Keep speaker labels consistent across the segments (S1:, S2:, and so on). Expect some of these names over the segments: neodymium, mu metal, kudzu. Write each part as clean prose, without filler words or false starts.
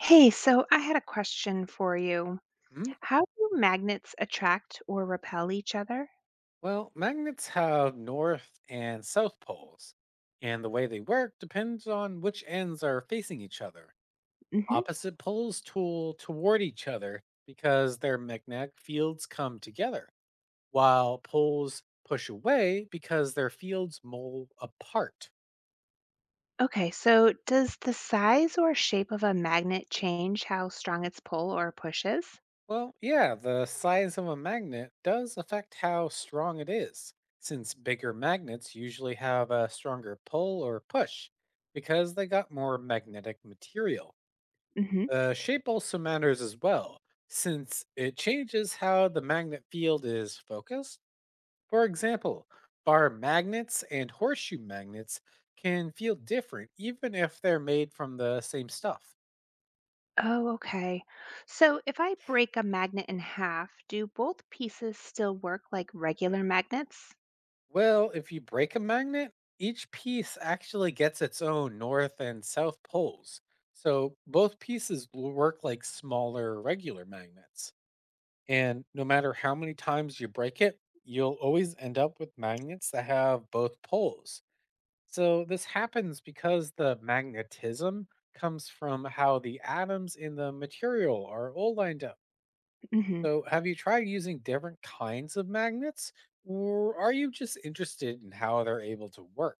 S1: Hey, so I had a question for you.
S2: Hmm?
S1: How do magnets attract or repel each other?
S2: Well, magnets have north and south poles, and the way they work depends on which ends are facing each other.
S1: Hmm.
S2: Opposite poles tool toward each other because their magnetic fields come together, while poles push away because their fields mole apart.
S1: Okay, so does the size or shape of a magnet change how strong its pull or push is?
S2: Well, yeah, the size of a magnet does affect how strong it is, since bigger magnets usually have a stronger pull or push because they got more magnetic material.
S1: Hmm.
S2: The shape also matters as well, since it changes how the magnet field is focused. For example, bar magnets and horseshoe magnets can feel different even if they're made from the same stuff.
S1: Oh, okay. So if I break a magnet in half, do both pieces still work like regular magnets?
S2: Well, if you break a magnet, each piece actually gets its own north and south poles. So both pieces will work like smaller regular magnets. And no matter how many times you break it, you'll always end up with magnets that have both poles. So this happens because the magnetism comes from how the atoms in the material are all lined up.
S1: Hmm.
S2: So, have you tried using different kinds of magnets, or are you just interested in how they're able to work?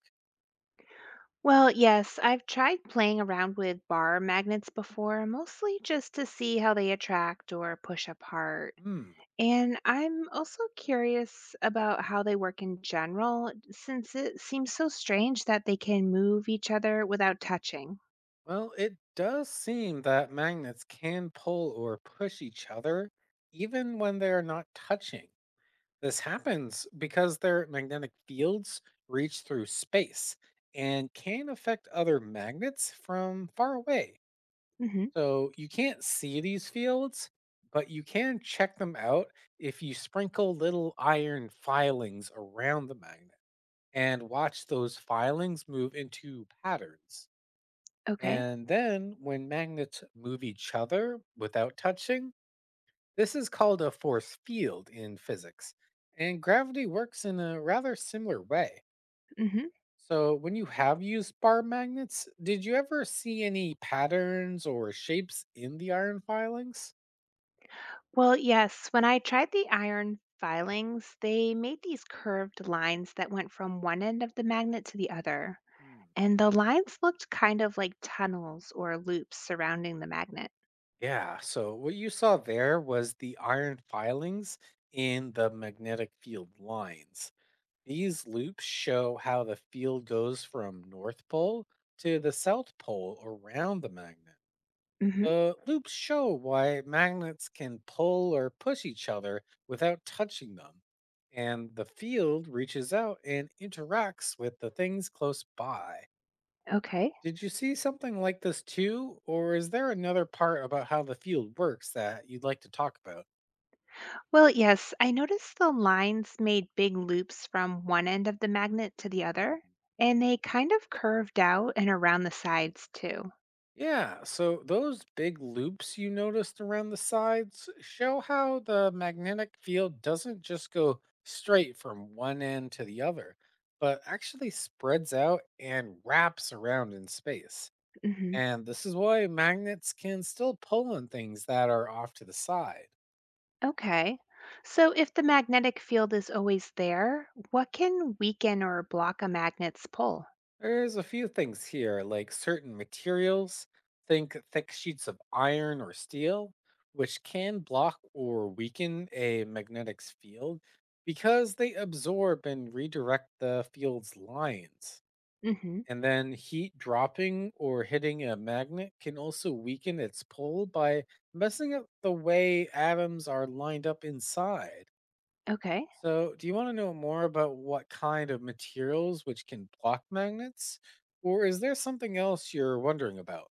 S1: Well, yes, I've tried playing around with bar magnets before, mostly just to see how they attract or push apart.
S2: Hmm.
S1: And I'm also curious about how they work in general, since it seems so strange that they can move each other without touching.
S2: Well, it does seem that magnets can pull or push each other even when they are not touching. This happens because their magnetic fields reach through space and can affect other magnets from far away.
S1: Hmm.
S2: So you can't see these fields, but you can check them out if you sprinkle little iron filings around the magnet and watch those filings move into patterns.
S1: Okay.
S2: And then when magnets move each other without touching, this is called a force field in physics. And gravity works in a rather similar way.
S1: Mm-hmm.
S2: So, when you have used bar magnets, did you ever see any patterns or shapes in the iron filings?
S1: Well, yes, when I tried the iron filings, they made these curved lines that went from one end of the magnet to the other.
S2: Hmm.
S1: And the lines looked kind of like tunnels or loops surrounding the magnet.
S2: Yeah, so what you saw there was the iron filings in the magnetic field lines. These loops show how the field goes from North Pole to the South Pole around the magnet.
S1: Hmm.
S2: The loops show why magnets can pull or push each other without touching them, and the field reaches out and interacts with the things close by.
S1: Okay.
S2: Did you see something like this too, or is there another part about how the field works that you'd like to talk about?
S1: Well, yes, I noticed the lines made big loops from one end of the magnet to the
S2: Hmm.
S1: other, and they kind of curved out and around the sides too.
S2: Yeah, so those big loops you noticed around the sides show how the magnetic field doesn't just go straight from one end to the other, but actually spreads out and wraps around in space. And this is why magnets can still pull on things that are off to the side.
S1: Okay. So if the magnetic field is always there, what can weaken or block a magnet's pull?
S2: There's a few things here, like certain materials, think thick sheets of iron or steel, which can block or weaken a magnetic field because they absorb and redirect the field's lines.
S1: Hmm.
S2: And then heat dropping or hitting a magnet can also weaken its pull by messing up the way atoms are lined up inside.
S1: Okay.
S2: So, do you want to know more about what kind of materials which can block magnets? Or is there something else you're wondering about?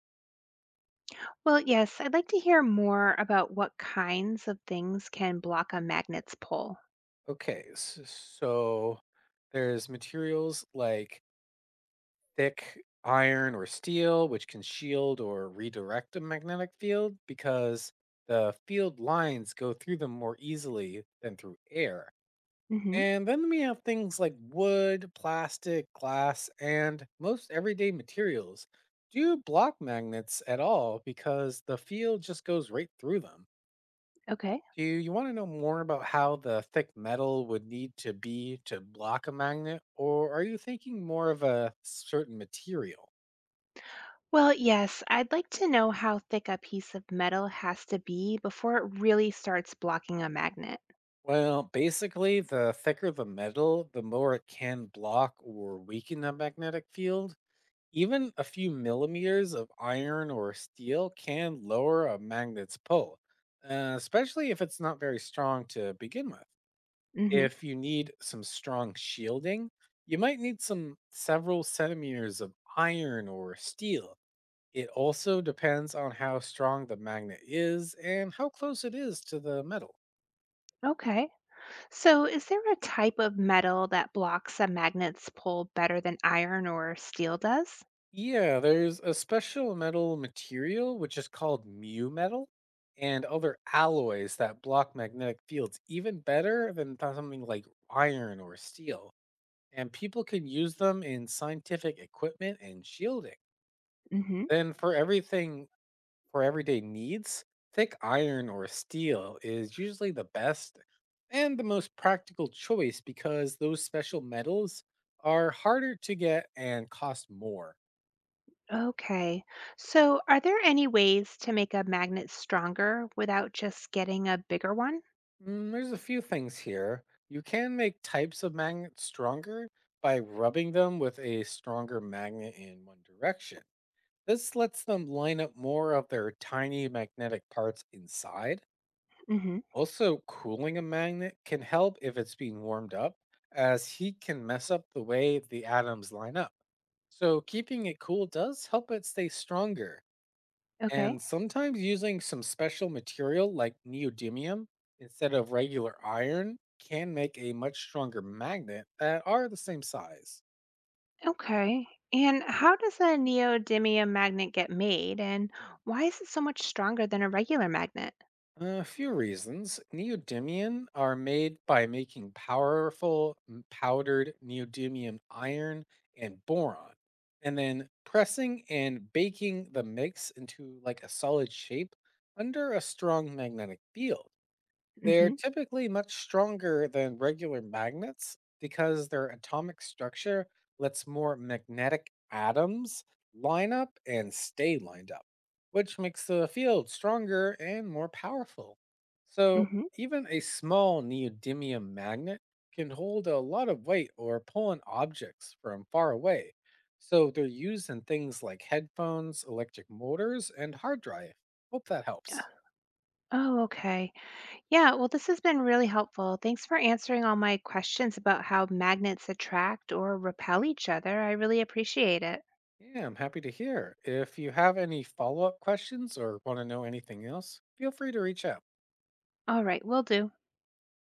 S1: Well, yes, I'd like to hear more about what kinds of things can block a magnet's pull.
S2: Okay, so there's materials like thick iron or steel, which can shield or redirect a magnetic field because the field lines go through them more easily than through air.
S1: Hmm.
S2: And then we have things like wood, plastic, glass, and most everyday materials do block magnets at all because the field just goes right through them.
S1: Okay.
S2: Do you want to know more about how the thick metal would need to be to block a magnet, or are you thinking more of a certain material?
S1: Well, yes, I'd like to know how thick a piece of metal has to be before it really starts blocking a magnet.
S2: Well, basically, the thicker the metal, the more it can block or weaken a magnetic field. Even a few millimeters of iron or steel can lower a magnet's pull, especially if it's not very strong to begin with.
S1: Hmm.
S2: If you need some strong shielding, you might need some several centimeters of iron or steel. It also depends on how strong the magnet is and how close it is to the metal.
S1: Okay. So is there a type of metal that blocks a magnet's pull better than iron or steel does?
S2: Yeah, there's a special metal material which is called mu metal and other alloys that block magnetic fields even better than something like iron or steel. And people can use them in scientific equipment and shielding. Then for everyday needs, thick iron or steel is usually the best and the most practical choice because those special metals are harder to get and cost more.
S1: Okay. So, are there any ways to make a magnet stronger without just getting a bigger one?
S2: There's a few things here. You can make types of magnets stronger by rubbing them with a stronger magnet in one direction. This lets them line up more of their tiny magnetic parts inside.
S1: Hmm.
S2: Also, cooling a magnet can help if it's being warmed up, as heat can mess up the way the atoms line up. So, keeping it cool does help it stay stronger,
S1: Okay.
S2: and sometimes using some special material like neodymium instead of regular iron can make a much stronger magnet that are the same size.
S1: Okay. And how does a neodymium magnet get made, and
S2: Hmm,
S1: why is it so much stronger than a regular magnet?
S2: A few reasons. Neodymium are made by making powerful powdered neodymium iron and boron, and then pressing and baking the mix into like a solid shape under a strong magnetic field. They're
S1: Hmm.
S2: typically much stronger than regular magnets because their atomic structure lets more magnetic atoms line up and stay lined up, which makes the field stronger and more powerful. So,
S1: Hmm.
S2: even a small neodymium magnet can hold a lot of weight or pull in objects from far away. So, they're used in things like headphones, electric motors, and hard drive. Hope that helps.
S1: Oh, okay. Yeah. Well, this has been really helpful. Thanks for answering all my questions about how magnets attract or repel each other. I really appreciate it.
S2: Yeah, I'm happy to hear. If you have any follow up questions or want to know anything else, feel free to reach out.
S1: All right, will do.